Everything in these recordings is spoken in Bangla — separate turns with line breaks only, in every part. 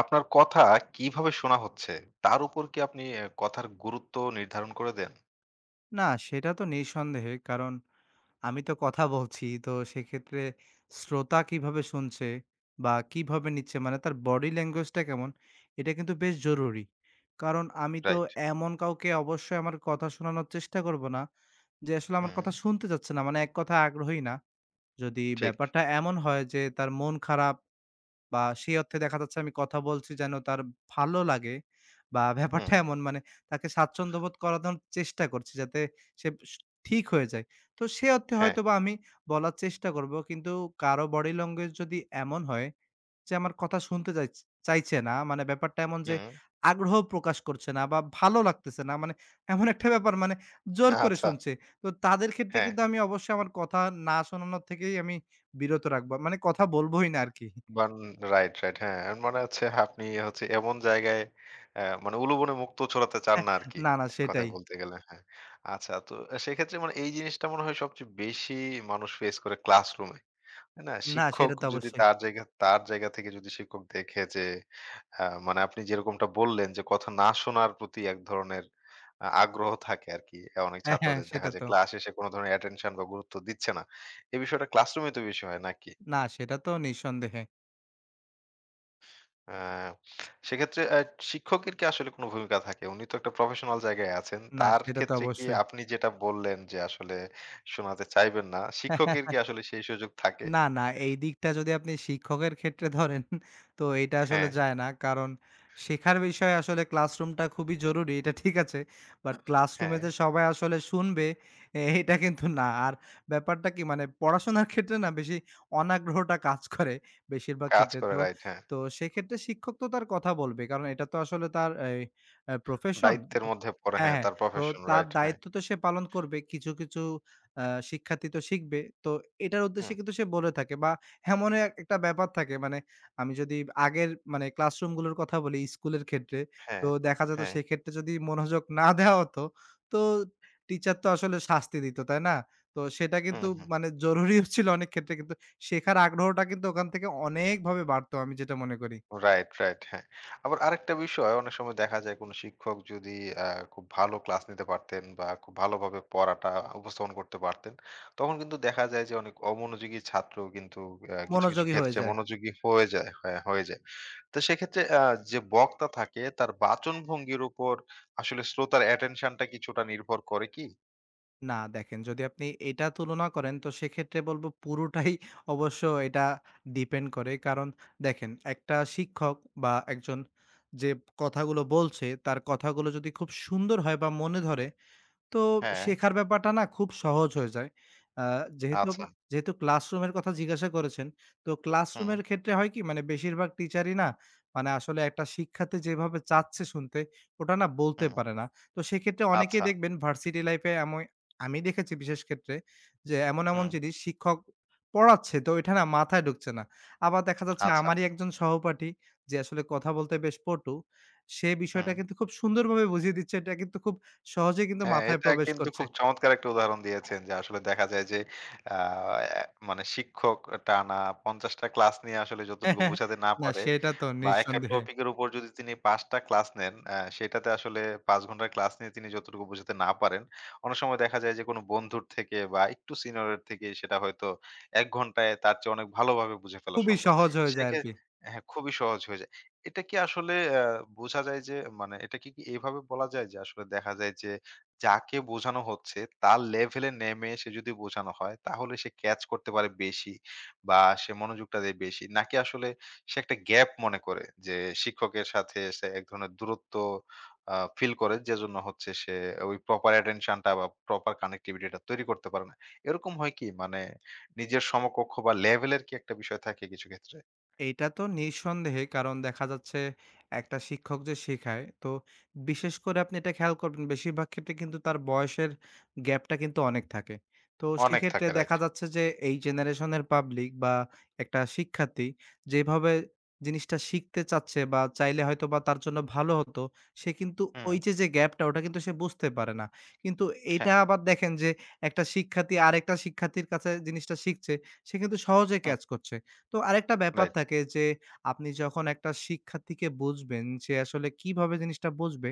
আপনার কথা কিভাবে শোনা হচ্ছে, তার উপর কি আপনি কথার গুরুত্ব নির্ধারণ করে দেন?
না, সেটা তো নিঃসন্দেহে। কারণ আমি তো কথা বলছি। তো সেক্ষেত্রে শ্রোতা কিভাবে শুনছে বা কিভাবে নিচ্ছে মানে তার বডি ল্যাঙ্গুয়েজটা কেমন, এটা কিন্তু বেশ জরুরি। কারণ আমি তো
রাইট।
এমন কাউকে অবশ্যই আমার কথা শোনানোর চেষ্টা করব না যে আসলে আমার
হুম,
কথা শুনতে চাচ্ছে না। মানে এক কথায় আগ্রহী না। যদি
ঠিক।
ব্যাপারটা এমন হয় যে তার মন খারাপ বা সেই অর্থে দেখা যাচ্ছে আমি কথা বলছি যেন তার ভালো লাগে বা
হুম,
ব্যাপারটা এমন মানে তাকে স্বাচ্ছন্দ্যবোধ করানোর চেষ্টা করছি যাতে সে ঠিক হয়ে যায়। তো সে অর্থে
হ্যাঁ,
হয়তোবা আমি বলার চেষ্টা করব। কিন্তু কারো বডি ল্যাঙ্গুয়েজ যদি এমন হয় যে আমার কথা শুনতে চাইছে না, মানে ব্যাপারটা এমন যে
হুম,
আগ্রহ প্রকাশ করছে না বা ভালো লাগতেছে না। মানে এমন একটা ব্যাপার মানে জোর করে
আচ্ছা,
শুনছে। তো তাদের ক্ষেত্রে
হ্যাঁ।
কিন্তু আমি অবশ্যই আমার কথা না শোনানোর থেকেই আমি বিরত রাখবো। মানে কথা বলবোই না আরকি।
বান রাইট, রাইট। হ্যাঁ, এর মানে হচ্ছে আপনি হচ্ছে এমন জায়গায় মানে উলুবনে মুক্তো ছড়াতে চান না আরকি।
না, না
এক
সেটাই।
কথায় বলতে গেলে, হ্যাঁ। আচ্ছা, তো সেক্ষেত্রে মানে এই জিনিসটা মনে হয় সবচেয়ে বেশি মানুষ ফেস করে ক্লাসরুমে। না,
না
শিক্ষক
সেটা তো
যদি
অবশ্যই।
তার জায়গা থেকে যদি শিক্ষক দেখে যে মানে আপনি যেরকমটা বললেন যে কথা না শোনার প্রতি এক ধরনের আগ্রহ থাকে আরকি। অনেক
হ্যাঁ, হ্যাঁ
ছাত্রদের দেখা
সেটা
যায়
তো।
ক্লাস শেষে কোন ধরনের অ্যাটেনশন বা গুরুত্ব দিচ্ছে না। এই বিষয়টা ক্লাসরুমে তো বেশি হয় নাকি?
না সেটা তো নিঃসন্দেহে।
আ সেক্ষেত্রে শিক্ষকের কি আসলে কোন ভূমিকা থাকে? উনি তো একটা প্রফেশনাল জায়গায় আছেন।
না
তার
সেটা তো
ক্ষেত্রে কি
অবশ্যই।
আপনি যেটা বললেন যে আসলে শোনাতে চাইবেন না, শিক্ষকের কি আসলে সেই সুযোগ থাকে?
না, না, এই দিকটা যদি আপনি শিক্ষকের ক্ষেত্রে ধরেন, তো এটা আসলে
হ্যাঁ,
যায় না। কারণ শেখার বিষয়ে আসলে ক্লাসরুমটা খুবই জরুরি, এটা ঠিক আছে। বাট ক্লাসরুমে
হ্যাঁ।
যে সবাই আসলে শুনবে, এটা কিন্তু না। আর ব্যাপারটা কি মানে পড়াশোনার ক্ষেত্রে না বেশি অনাগ্রহটা কাজ করে বেশিরভাগ
কাজ
ক্ষেত্রে।
করে,
তো,
রাইট, হ্যাঁ।
তো সেক্ষেত্রে শিক্ষক তো তার কথা বলবে। কারণ এটা তো আসলে তার এই প্রফেশন।
দায়িত্বের
তো
মধ্যে পড়ে,
হ্যাঁ,
হ্যাঁ,
হ্যাঁ।
তার
তো
প্রফেশন,
তার
রাইট, হ্যাঁ।
দায়িত্ব তো সে পালন করবে। কিছু, কিছু আ শিক্ষার্থী তো শিখবে। তো এটার উদ্দেশ্যে
হুম,
কিন্তু সে বলে থাকে বা এমনও এক একটা ব্যাপার থাকে মানে আমি যদি আগের মানে ক্লাসরুমগুলোর কথা বলি স্কুলের ক্ষেত্রে,
হ্যাঁ,
তো দেখা যেত
হ্যাঁ।
সেক্ষেত্রে যদি মনোযোগ না দেওয়া হতো, তো টিচার তো আসলে শাস্তি দিত, তাই না? তো সেটা
হুম,
কিন্তু
হুম।
মানে জরুরিও ছিল অনেক ক্ষেত্রে কিন্তু শেখার আগ্রহটা কিন্তু ওখান থেকে অনেকভাবে বাড়তো আমি যেটা মনে করি।
রাইট, রাইট, হ্যাঁ। আবার আরেকটা বিষয় অনেক সময় দেখা যায় কোন শিক্ষক যদি আ খুব ভালো ক্লাস নিতে পারতেন বা খুব ভালোভাবে পড়াটা উপস্থাপন করতে পারতেন, তখন কিন্তু দেখা যায় যে অনেক অমনোযোগী ছাত্র কিন্তু কিছু, কিছু
মনোযোগী হয়ে
ক্ষেত্রে
যায়।
মনোযোগী হয়ে যায়, হ্যাঁ, হয়ে যায়। তো সেক্ষেত্রে যে বক্তা থাকে তার বাচনভঙ্গির উপর আসলে শ্রোতার অ্যাটেনশনটা কিছুটা নির্ভর করে কি?
না দেখেন যদি আপনি এটা তুলনা করেন তো সেক্ষেত্রে বলবো পুরোটাই অবশ্য এটা ডিপেন্ড করে। কারণ দেখেন একটা শিক্ষক বা একজন যে কথাগুলো বলছে তার কথাগুলো যদি খুব সুন্দর হয় বা মনে ধরে তো
হ্যাঁ,
শেখার ব্যাপারটা না খুব সহজ হয়ে যায়। আ যেহেতু
আচ্ছা।
আপনি যেহেতু ক্লাসরুমের কথা জিজ্ঞাসা করেছেন, তো
হুম,
ক্লাসরুমের ক্ষেত্রে হয় কি মানে বেশিরভাগ টিচারই না মানে আসলে একটা শিক্ষার্থী যেভাবে চাচ্ছে শুনতে ওটা না বলতে
হুম,
পারে না। তো সেক্ষেত্রে অনেকেই
আচ্ছা।
দেখবেন ভার্সিটি লাইফে এমন আমি দেখেছি বিশেষ ক্ষেত্রে যে এমন, এমন
হুম।
জিনিস শিক্ষক পড়াচ্ছে তো এটা না মাথায় ঢুকছে না। আবার দেখা যাচ্ছে
আচ্ছা।
আমারই একজন সহপাঠী যে আসলে কথা বলতে বেশ পটু, সে
হুম।
বিষয়টা কিন্তু খুব সুন্দরভাবে বুঝিয়ে দিচ্ছে এটা কিন্তু খুব সহজেই কিন্তু
হ্যাঁ,
মাথায়
এটা
প্রবেশ
কিন্তু
করছে।
খুব চমৎকার একটা উদাহরণ দিয়েছেন যে আসলে দেখা যায় যে আ এ মানে শিক্ষক টানা ৫০ টা ক্লাস নিয়ে আসলে যতটুকু বোঝাতে না
না
পারে
সেটা তো
বা একটা
নিঃসন্দেহে।
টপিকের উপর যদি তিনি ৫ টা ক্লাস নেন, সেটাতে আসলে ৫ ঘন্টার ক্লাস নিয়ে তিনি যতটুকু বোঝাতে না পারেন, অনেক সময় দেখা যায় যে কোনো বন্ধুর থেকে বা একটু সিনিয়রের থেকে সেটা হয়তো ১ ঘন্টায় তার চেয়ে অনেক ভালোভাবে বুঝে ফেলা
খুবই
সম্ভব।
সহজ হয়ে যায়
সেক্ষে
আরকি।
হ্যাঁ, খুবই সহজ হয়ে যায়। এটা কি আসলে আ বোঝা যায় যে মানে এটা কি, কি এভাবে বলা যায় যে আসলে দেখা যায় যে যাকে বোঝানো হচ্ছে তার লেভেলে নেমে সে যদি বোঝানো হয় তাহলে সে ক্যাচ করতে পারে বেশি বা সে মনোযোগটা দেয় বেশি, নাকি আসলে সে একটা গ্যাপ মনে করে যে শিক্ষকের সাথে সে এক ধরনের দূরত্ব ফিল করে যে জন্য হচ্ছে সে ওই প্রপার অ্যাটেনশনটা বা প্রপার কানেক্টিভিটিটা তৈরি করতে পারে না, এরকম হয় কি মানে নিজের সমকক্ষ বা লেভেলের কি একটা বিষয় থাকে কিছু ক্ষেত্রে?
এইটা তো নিঃসন্দেহে। কারণ দেখা যাচ্ছে একটা শিক্ষক যে শেখায়, তো বিশেষ করে আপনি এটা খেয়াল করবেন বেশিরভাগ ক্ষেত্রে কিন্তু তার বয়সের গ্যাপটা কিন্তু অনেক থাকে। তো
অনেক
সেক্ষেত্রে
থাকে, রাইট।
দেখা যাচ্ছে যে এই জেনারেশনের পাবলিক বা একটা শিক্ষার্থী যেভাবে জিনিসটা শিখতে চাচ্ছে বা চাইলে হয়তোবা তার জন্য ভালো হতো, সে কিন্তু
হুম।
ওই যে গ্যাপটা ওটা কিন্তু সে বুঝতে পারে না। কিন্তু এইটা
হ্যাঁ।
আবার দেখেন যে একটা শিক্ষার্থী আরেকটা শিক্ষার্থীর কাছে জিনিসটা শিখছে, সে কিন্তু সহজে
হুম।
ক্যাচ করছে। তো আরেকটা ব্যাপার
রাইট।
থাকে যে আপনি যখন একটা শিক্ষার্থীকে বুঝবেন সে আসলে কিভাবে জিনিসটা বুঝবে,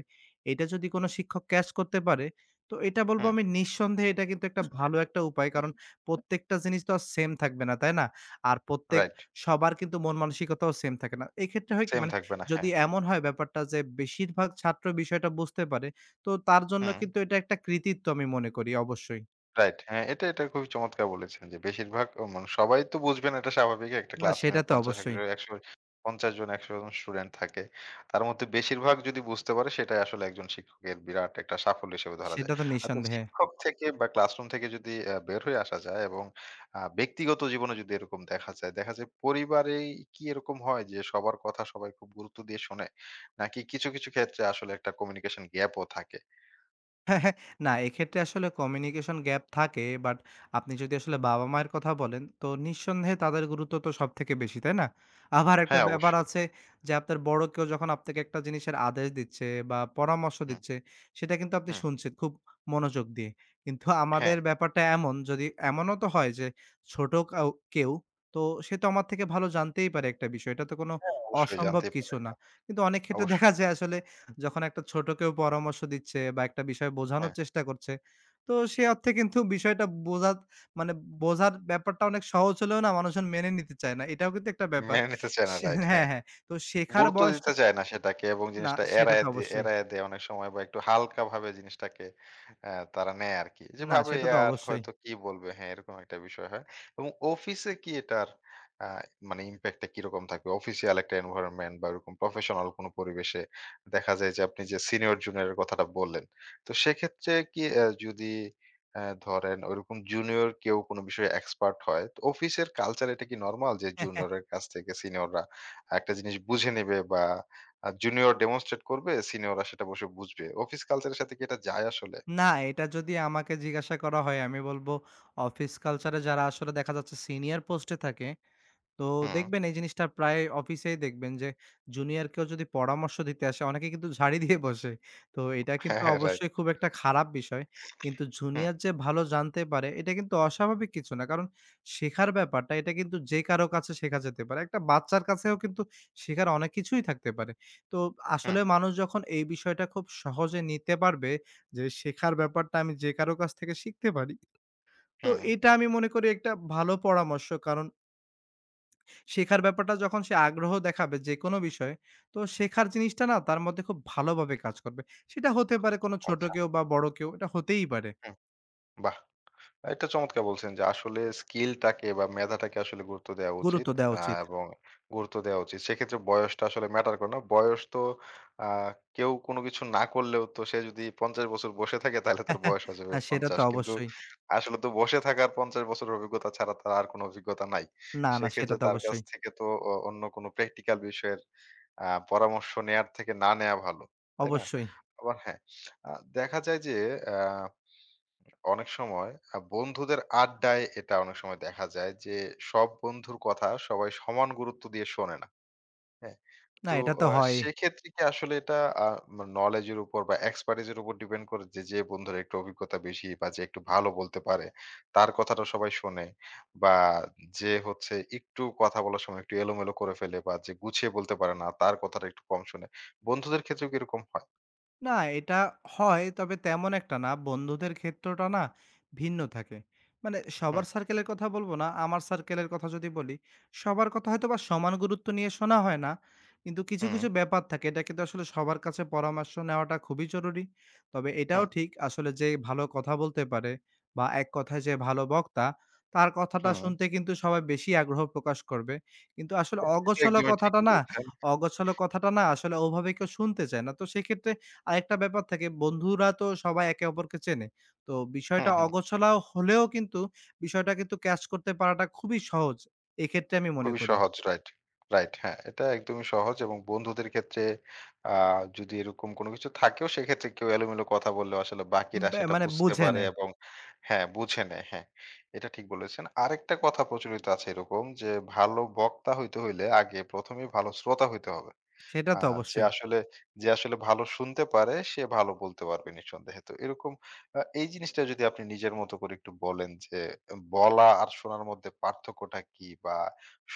এটা যদি কোনো শিক্ষক ক্যাচ করতে পারে, তো এটা বলবো
হুম।
আমি নিঃসন্দেহে এটা কিন্তু একটা ভালো একটা উপায়। কারণ প্রত্যেকটা জিনিস তো আর সেম থাকবে না, তাই না? আর প্রত্যেক
রাইট।
সবার কিন্তু মন মানসিকতাও সেম থাকে না। এক্ষেত্রে হয় কি
সেম
মানে
থাকবে না, হ্যাঁ।
যদি এমন হয় ব্যাপারটা যে বেশিরভাগ ছাত্র বিষয়টা বুঝতে পারে, তো তার জন্য
হুম।
কিন্তু এটা একটা কৃতিত্ব আমি মনে করি অবশ্যই।
রাইট। হ্যাঁ, এটা খুবই চমৎকার বলেছেন যে বেশিরভাগ মানে সবাই তো বুঝবে না এটা স্বাভাবিক। একটা
না
ক্লাসরুমে
সেটা তো
৫০
অবশ্যই।
একশো ১০০ ৫০ জন ১০০ জন স্টুডেন্ট থাকে। তার মধ্যে বেশিরভাগ যদি বুঝতে পারে সেটাই আসলে একজন শিক্ষকের বিরাট একটা সাফল্য হিসেবে ধরা যায়।
সেটা তো
হয়তো
নিঃসন্দেহে।
শিক্ষক থেকে বা ক্লাসরুম থেকে যদি বের হয়ে আসা যায় এবং ব্যক্তিগত জীবনে যদি এরকম দেখা যায়, দেখা যায় পরিবারেই কি এরকম হয় যে সবার কথা সবাই খুব গুরুত্ব দিয়ে শোনে? নাকি কিছু, কিছু ক্ষেত্রে আসলে একটা কমিউনিকেশন গ্যাপ ও থাকে?
না, এক্ষেত্রে আসলে কমিউনিকেশন গ্যাপ থাকে। বাট আপনি যদি আসলে বাবা-মায়ের কথা বলেন, তো নিঃসন্দেহে তাদের গুরুত্ব তো সবথেকে বেশি, তাই না? আবার একটা
হ্যাঁ,
ব্যাপার
অবশ্যই।
আছে যে আপনার বড় কেউ যখন আপনাকে একটা জিনিসের আদেশ দিচ্ছে বা পরামর্শ
হুম,
দিচ্ছে, সেটা কিন্তু আপনি
হুম।
শুনছেন খুব মনোযোগ দিয়ে। কিন্তু
হ্যাঁ।
আমাদের ব্যাপারটা এমন যদি এমনও তো হয় যে ছোট কেউ তো সে তো আমার থেকে ভালো জানতেই পারে একটা বিষয়। এটা তো কোনো
হ্যাঁ, অবশ্যই
অসম্ভব
জানতেই পারে।
কিছু না। কিন্তু অনেক ক্ষেত্রে
অবশ্যই।
দেখা যায় আসলে যখন একটা ছোট কেউ পরামর্শ দিচ্ছে বা একটা বিষয়
হ্যাঁ,
বোঝানোর চেষ্টা করছে, তো সে অর্থে কিন্তু বিষয়টা বোঝা মানে বোঝার ব্যাপারটা অনেক সহজ হলেও না মানুষজন মেনে নিতে চায় না। এটাও কিন্তু একটা ব্যাপার।
মেনে নিতে চায় না,
সে
রাইট,
হ্যাঁ,
হ্যাঁ।
হ্যাঁ। তো শেখার
গুরুত্ব
বয়স
দিতে চায় না সেটাকে এবং
না
জিনিসটা
সেটা
এড়ায়
তো
দিয়ে
অবশ্যই।
এড়ায় দেয় অনেক সময় বা একটু হালকা ভাবে জিনিসটাকে তারা নেয় আর কি, যে
না
ভাবে
সেটা
"এ
তো
আর
অবশ্যই।
হয়তো কি বলবে", হ্যাঁ, এরকম একটা বিষয় হয়। এবং অফিসে কি এটার আহ, মানে ইম্প্যাক্টটা কিরকম থাকবে? অফিসিয়াল একটা এনভায়রনমেন্ট বা এরকম প্রফেশনাল কোনো পরিবেশে দেখা যায় যে আপনি যে সিনিয়র জুনিয়রের কথাটা বললেন, তো সেক্ষেত্রে কি যদি ধরেন ওইরকম জুনিয়র কেউ কোনো বিষয়ে এক্সপার্ট হয়, তো অফিসের কালচার এটা কি নর্মাল যে জুনিয়রের কাছ থেকে সিনিয়ররা একটা জিনিস বুঝে নেবে বা জুনিয়র ডেমনস্ট্রেট করবে, সিনিয়ররা সেটা বসে বুঝবে। অফিস কালচারের সাথে কি এটা যায় আসলে?
না এটা যদি আমাকে জিজ্ঞাসা করা হয় আমি বলব অফিস কালচার এ যারা আসলে দেখা যাচ্ছে সিনিয়র পোস্টে থাকে তো
হুম।
দেখবেন এই জিনিসটা প্রায় অফিসেই দেখবেন যে জুনিয়র কেউ যদি পরামর্শ দিতে আসে অনেকে কিন্তু ঝাড়ি দিয়ে বসে। তো এটা
হ্যাঁ,
কিন্তু
হ্যাঁ, রাইট।
অবশ্যই খুব একটা খারাপ বিষয়। কিন্তু
হুম,
জুনিয়র যে ভালো জানতে পারে এটা কিন্তু অস্বাভাবিক কিছু না। কারণ শেখার ব্যাপারটা এটা কিন্তু যে কারো কাছে শেখা যেতে পারে। একটা বাচ্চার কাছেও কিন্তু শেখার অনেক কিছুই থাকতে পারে। তো
হুম,
আসলে মানুষ যখন এই বিষয়টা খুব সহজে নিতে পারবে যে শেখার ব্যাপারটা আমি যে কারো কাছ থেকে শিখতে পারি। তো
হুম।
এটা আমি মনে করি একটা ভালো পরামর্শ। কারণ শেখার ব্যাপারটা যখন সে আগ্রহ দেখাবে যেকোনো বিষয়ে, তো শেখার জিনিসটা না তার মধ্যে খুব ভালোভাবে কাজ করবে। সেটা হতে পারে কোনো ছোট
আচ্ছা,
কেউ বা বড় কেউ, এটা হতেই পারে।
হুম, বাহ! এটা চমৎকার বলছেন যে আসলে স্কিলটাকে বা মেধাটাকে আসলে গুরুত্ব দেওয়া উচিত।
গুরুত্ব দেওয়া উচিত।
এবং গুরুত্ব দেওয়া উচিত সেক্ষেত্রে বয়সটা আসলে ম্যাটার করে না, বয়স তো আহ, কেউ কোনো কিছু না করলেও তো সে যদি ৫০ বছর বসে থাকে তাহলে তার বয়স হয়ে যাবে
না সেটা তো
৫০, কিন্তু
অবশ্যই।
আসলে তো বসে থাকার ৫০ বছর অভিজ্ঞতা ছাড়া তার আর কোনো অভিজ্ঞতা নাই।
না, না সেটা
সেক্ষেত্রে
তো
তার কাছ
অবশ্যই।
থেকে তো অন্য কোনো প্র্যাকটিক্যাল বিষয়ের পরামর্শ নেয়ার থেকে না নেওয়া ভালো, তাই না?
অবশ্যই।
আবার হ্যাঁ, দেখা যায় যে অনেক সময় বন্ধুদের আড্ডায় এটা অনেক সময় দেখা যায় যে সব বন্ধুর কথা সবাই সমান গুরুত্ব দিয়ে শোনে না। হ্যাঁ?
না
তো
এটা তো
আ
হয়ই।
সেক্ষেত্রে কি আসলে এটা আ মা knowledge এর উপর বা expertise এর উপর ডিপেন্ড করে যে, যে বন্ধুর একটু অভিজ্ঞতা বেশি বা যে একটু ভালো বলতে পারে, তার কথাটা সবাই শোনে, বা যে হচ্ছে একটু কথা বলার সময় একটু এলোমেলো করে ফেলে বা যে গুছিয়ে বলতে পারে না, তার কথাটা একটু কম শোনে। বন্ধুদের ক্ষেত্রেও কি এরকম হয়?
না, এটা হয়। তবে তেমন একটা না। বন্ধুদের ক্ষেত্রটা না ভিন্ন থাকে। মানে
হুম,
সবার সার্কেলের কথা বলব না। আমার সার্কেলের কথা যদি বলি, সবার কথা হয়তোবা সমান গুরুত্ব নিয়ে শোনা হয় না। কিন্তু কিছু,
হুম,
কিছু ব্যাপার থাকে। এটা কিন্তু আসলে সবার কাছে পরামর্শ নেওয়াটা খুবই জরুরি। তবে এটাও
হুম,
ঠিক আসলে যে ভালো কথা বলতে পারে বা এক কথায় যে ভালো বক্তা, তার কথাটা
হুম।
শুনতে কিন্তু সবাই বেশি আগ্রহ প্রকাশ করবে। কিন্তু আসলে
এটা এটা
অগোছালো
একদমই ঠিক
কথাটা না
বলেছেন।
অগোছালো কথাটা না আসলে ওভাবে কেউ শুনতে চায় না। তো সেক্ষেত্রে আরেকটা ব্যাপার থাকে বন্ধুরা তো সবাই একে অপরকে চেনে। তো
হুম,
বিষয়টা
হুম।
অগোছালো হলেও কিন্তু বিষয়টা কিন্তু ক্যাচ করতে পারাটা খুবই সহজ। এক্ষেত্রে আমি মনে
খুবই
করি।
সহজ। Right, right. হ্যাঁ, এটা একদমই সহজ এবং বন্ধুদের ক্ষেত্রে আ যদি এরকম কোনো কিছু থাকেও সেক্ষেত্রে কেউ এলোমেলো কথা বললেও আসলে বাকিরা সেটা
মানে
বুঝতে
বুঝে
পারে
নেয়।
এবং হ্যাঁ, বুঝে নেয়। হ্যাঁ, এটা ঠিক বলেছেন। আরেকটা কথা প্রচলিত আছে এরকম যে, ভালো বক্তা হইতে হইলে আগে ১ম এই ভালো শ্রোতা হইতে হবে।
সেটা
আ
তো
যে
অবশ্যই।
আসলে যে আসলে ভালো শুনতে পারে সে ভালো বলতে পারবে নিঃসন্দেহে। তো এরকম এই জিনিসটা যদি আপনি নিজের মতো করে একটু বলেন যে বলা আর শোনার মধ্যে পার্থক্যটা কি? বা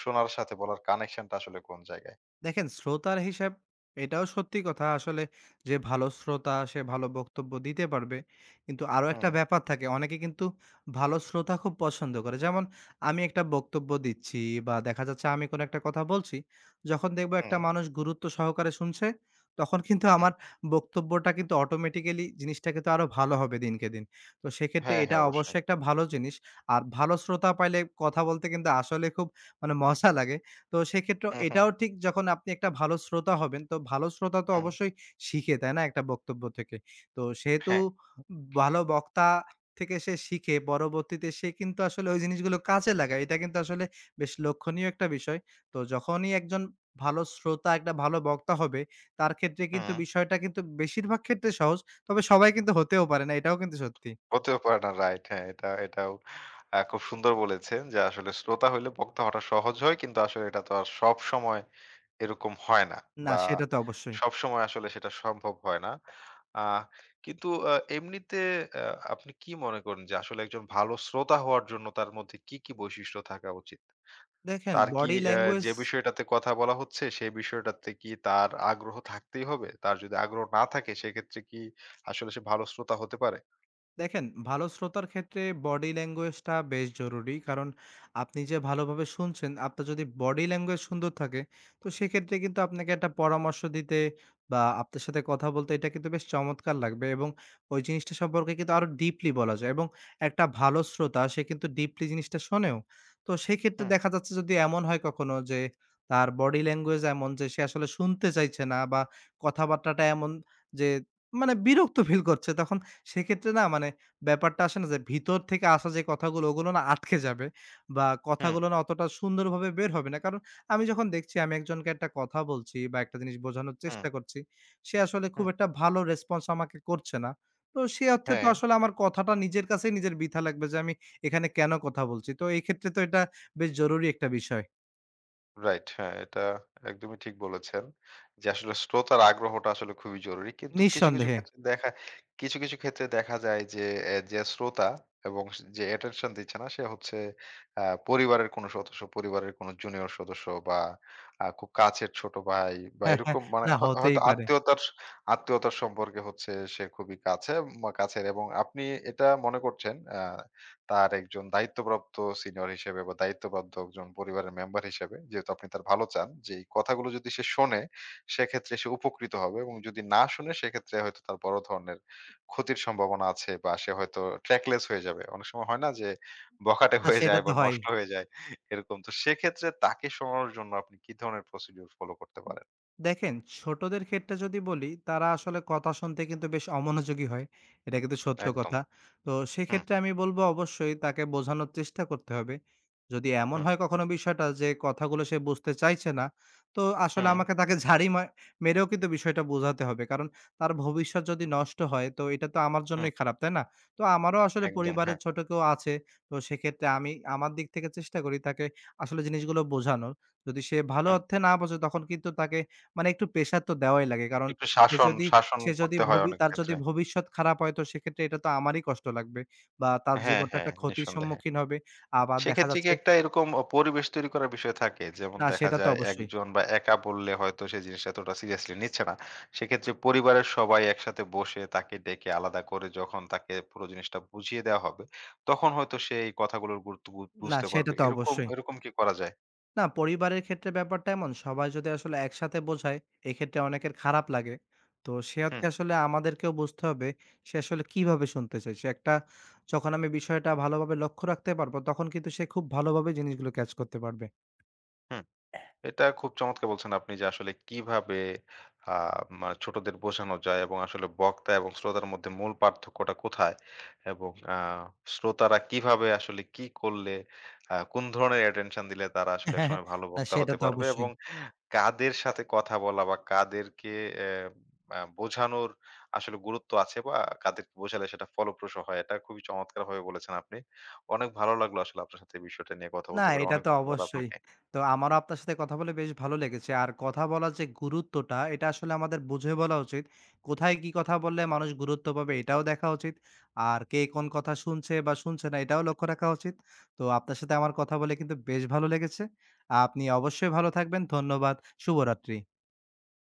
শোনার সাথে বলার কানেকশনটা আসলে কোন জায়গায়?
দেখেন শ্রোতার হিসাব এটাও সত্যি কথা। আসলে যে ভালো শ্রোতা সে ভালো বক্তব্য দিতে পারবে। কিন্তু আরো একটা
হুম,
ব্যাপার থাকে। অনেকে কিন্তু ভালো শ্রোতা খুব পছন্দ করে। যেমন আমি একটা বক্তব্য দিচ্ছি বা দেখা যাচ্ছে আমি কোনো একটা কথা বলছি। যখন দেখবো একটা
হুম,
মানুষ গুরুত্ব সহকারে শুনছে, তখন কিন্তু
হুম।
আমার বক্তব্যটা কিন্তু অটোমেটিক্যালি জিনিসটা কিন্তু আরো ভালো হবে দিনকে দিন। তো সেক্ষেত্রে
হ্যাঁ,
এটা
হ্যাঁ, অবশ্যই।
অবশ্যই একটা ভালো জিনিস। আর ভালো শ্রোতা পাইলে কথা বলতে কিন্তু আসলে খুব মানে মজা লাগে। তো সেক্ষেত্রেও
হুম, হুম,
এটাও ঠিক যখন আপনি একটা ভালো শ্রোতা হবেন, তো ভালো শ্রোতা তো
হুম।
অবশ্যই শিখে, তাই না? একটা বক্তব্য থেকে। তো সেহেতু
হ্যাঁ,
ভালো বক্তা থেকে সে শিখে পরবর্তীতে সে কিন্তু আসলে ওই জিনিসগুলো কাজে লাগায়। এটা কিন্তু আসলে বেশ লক্ষণীয় একটা বিষয়। তো যখনই একজন ভালো শ্রোতা একটা ভালো বক্তা হবে, তার ক্ষেত্রে
হুম।
কিন্তু বিষয়টা কিন্তু বেশিরভাগ ক্ষেত্রে সহজ। তবে সবাই কিন্তু হতেও পারে না, এটাও কিন্তু সত্যি।
হতেও পারে না, রাইট, হ্যাঁ। এটা এটাও খুব সুন্দর বলেছেন যে আসলে শ্রোতা হইলে বক্তা হওয়াটা সহজ হয়। কিন্তু আসলে এটা তো আর সবসময় এরকম হয় না
না,
বা
সেটা তো অবশ্যই।
সবসময় আসলে সেটা সম্ভব হয় না। আহ কিন্তু এমনিতে আ আপনি কি মনে করেন যে আসলে একজন ভালো শ্রোতা হওয়ার জন্য তার মধ্যে কি, কি বৈশিষ্ট্য থাকা উচিত?
দেখেন
তার কি
বডি ল্যাঙ্গুয়েজ
যে বিষয়টাতে কথা বলা হচ্ছে সেই বিষয়টাতে কি তার আগ্রহ থাকতেই হবে? তার যদি আগ্রহ না থাকে সেক্ষেত্রে কি আসলে সে ভালো শ্রোতা হতে পারে?
দেখেন, ভালো শ্রোতার ক্ষেত্রে বডি ল্যাঙ্গুয়েজটা বেশ জরুরি। কারণ আপনি যে ভালোভাবে শুনছেন, আপনার যদি বডি ল্যাঙ্গুয়েজ সুন্দর থাকে, তো সেক্ষেত্রে কিন্তু আপনাকে একটা পরামর্শ দিতে বা আপনার সাথে কথা বলতে এটা কিন্তু বেশ চমৎকার লাগবে এবং ওই জিনিসটা সম্পর্কে কিন্তু আরো ডিপলি বলা যায় এবং একটা ভালো শ্রোতা সে কিন্তু ডিপলি জিনিসটা শোনেও। তো সেক্ষেত্রে
হুম,
দেখা যাচ্ছে যদি এমন হয় কখনো যে তার বডি ল্যাঙ্গুয়েজ এমন যে সে আসলে শুনতে চাইছে না বা কথাবার্তাটা এমন যে মানে বিরক্ত ফিল করছে, তখন সেক্ষেত্রে না মানে ব্যাপারটা আসে না যে ভিতর থেকে আসা যে কথাগুলো ওগুলো না আটকে যাবে বা
হুম,
কথাগুলো না অতটা সুন্দরভাবে বের হবে না। কারণ আমি যখন দেখছি আমি একজনকে একটা কথা বলছি বা একটা জিনিস বোঝানোর
হুম।
চেষ্টা করছি, সে আসলে খুব
হুম,
একটা ভালো রেসপন্স আমাকে করছে না। তো সে অর্থে তো
হ্যাঁ,
আসলে আমার কথাটা নিজের কাছেই নিজের বৃথা লাগবে যে আমি এখানে কেন কথা বলছি। তো এই ক্ষেত্রে তো এটা বেশ জরুরি একটা বিষয়।
রাইট। হ্যাঁ, এটা একদমই ঠিক বলেছেন। যে আসলে শ্রোতার আগ্রহটা আসলে খুবই জরুরি। কিন্তু
নিঃসন্দেহে।
কিছু, কিছু ক্ষেত্রে দেখা যায় যে যে শ্রোতা এবং যে attention দিচ্ছে না সে হচ্ছে আ পরিবারের কোনো সদস্য, পরিবারের কোনো জুনিয়র সদস্য বা খুব কাছের ছোট ভাই বা
হ্যাঁ, হ্যাঁ।
এরকম মানে
না
হয়তো
হতেই পারে।
আত্মীয়তার, আত্মীয়তার সম্পর্কে হচ্ছে সে খুবই কাছে বা কাছের এবং আপনি এটা মনে করছেন তার একজন দায়িত্বপ্রাপ্ত সিনিয়র হিসেবে বা দায়িত্বপ্রাপ্ত একজন পরিবারের মেম্বার হিসেবে, যেহেতু আপনি তার ভালো চান, যে এই কথাগুলো যদি সে শোনে সেক্ষেত্রে সে উপকৃত হবে এবং যদি না শুনে সেক্ষেত্রে হয়তো তার বড় ধরনের ক্ষতির সম্ভাবনা আছে বা সে হয়তো ট্র্যাকলেস হয়ে যাবে, অনেক সময় হয় না যে বখাটে
না
হয়ে
সেটা
যায় বা
তো হয়।
নষ্ট হয়ে যায় এরকম, তো সেক্ষেত্রে তাকে শোনানোর জন্য আপনি কি ধরনের প্রসিডিউর ফলো করতে পারেন?
দেখেন, ছোটদের ক্ষেত্রে যদি বলি, তারা আসলে কথা শুনতে কিন্তু বেশ অমনোযোগী হয়। এটা কিন্তু সত্য
একদম।
কথা। তো
হুম,
সেক্ষেত্রে আমি বলব অবশ্যই তাকে বোঝানোর চেষ্টা করতে হবে। যদি এমন
হুম,
হয় কখনো বিষয়টা যে কথাগুলো সে বুঝতে চাইছে না, তো আসলে
হুম,
আমাকে তাকে ঝাড়ি মেরেও কিন্তু বিষয়টা বোঝাতে হবে। কারণ তার ভবিষ্যৎ যদি নষ্ট হয় তো এটা তো আমার
হুম।
জন্যই খারাপ, তাই না? তো আমারও আসলে
একদম,
পরিবারের
হ্যাঁ।
ছোট কেউ আছে। তো সেক্ষেত্রে আমি আমার দিক থেকে চেষ্টা করি তাকে আসলে জিনিসগুলো বোঝানোর। যদি সে ভালো
হুম।
অর্থে না বোঝে তখন কিন্তু তাকে মানে একটু প্রেশার তো দেওয়াই লাগে। কারণ
একটু
সে
শাসন,
যদি
শাসন
সে যদি
করতে হয়
ভবি
অনেক
তার যদি
ক্ষেত্রে।
ভবিষ্যৎ খারাপ হয় তো সেক্ষেত্রে এটা তো আমারই কষ্ট লাগবে। বা তার
হ্যাঁ,
জীবনটা
হ্যাঁ,
একটা ক্ষতির
নিঃসন্দেহে।
সম্মুখীন হবে। আবার দেখা
সেক্ষেত্রে কি
যাচ্ছে
একটা এরকম পরিবেশ তৈরি করার বিষয় থাকে? যেমন
না
দেখা
সেটা তো
যায়
অবশ্যই।
একজন বা একা বললে হয়তো সে জিনিসটা এতটা সিরিয়াসলি নিচ্ছে না। সেক্ষেত্রে পরিবারের সবাই একসাথে বসে তাকে ডেকে আলাদা করে যখন তাকে পুরো জিনিসটা বুঝিয়ে দেওয়া হবে, তখন হয়তো সে এই কথাগুলোর গুরুত্ব
না
বুঝতে
সেটা
পারবে।
তো
এরকম,
অবশ্যই।
এরকম কি করা যায়?
না, পরিবারের ক্ষেত্রে ব্যাপারটা এমন, সবাই যদি আসলে একসাথে বোঝায়, এক্ষেত্রে অনেকের খারাপ লাগে। তো
হুম,
সেক্ষেত্রে আসলে আমাদেরকেও বুঝতে হবে, সে আসলে কিভাবে শুনতে চাইছে। একটা যখন আমি বিষয়টা ভালোভাবে লক্ষ্য রাখতে পারবো, তখন কিন্তু সে খুব ভালোভাবে জিনিসগুলো ক্যাচ করতে পারবে।
হুম। এটা খুব চমৎকার বলছেন আপনি যে আসলে কিভাবে আ মা ছোটদের বোঝানো যায় এবং আসলে বক্তা এবং শ্রোতার মধ্যে মূল পার্থক্যটা কোথায়? এবং শ্রোতারা কিভাবে আসলে কি করলে কোন ধরনের attention দিলে তারা আসলে একসময় ভালো
না
বক্তা
সেটা
হতে
তো
পারবে
অবশ্যই।
এবং কাদের সাথে কথা বলা বা কাদেরকে অ্যা আ বোঝানোর আসলে গুরুত্ব আছে বা কাদেরকে বোঝালে সেটা ফলপ্রসূ হয়। এটা খুবই চমৎকারভাবে বলেছেন আপনি। অনেক ভালো লাগলো আসলে আপনার সাথে এই বিষয়টা নিয়ে কথা
না,
বলতে পেরে।
এটা
অনেক
তো
ধন্যবাদ
অবশ্যই।
আপনাকে।
তো আমারও আপনার সাথে কথা বলে বেশ ভালো লেগেছে। আর কথা বলার যে গুরুত্বটা, এটা আসলে আমাদের বুঝে বলা উচিত। কোথায় কি কথা বললে মানুষ গুরুত্ব পাবে, এটাও দেখা উচিত। আর কে কোন কথা শুনছে বা শুনছে না, এটাও লক্ষ্য রাখা উচিত। তো আপনার সাথে আমার কথা বলে কিন্তু বেশ ভালো লেগেছে। আপনি অবশ্যই ভালো থাকবেন। ধন্যবাদ। শুভরাত্রি।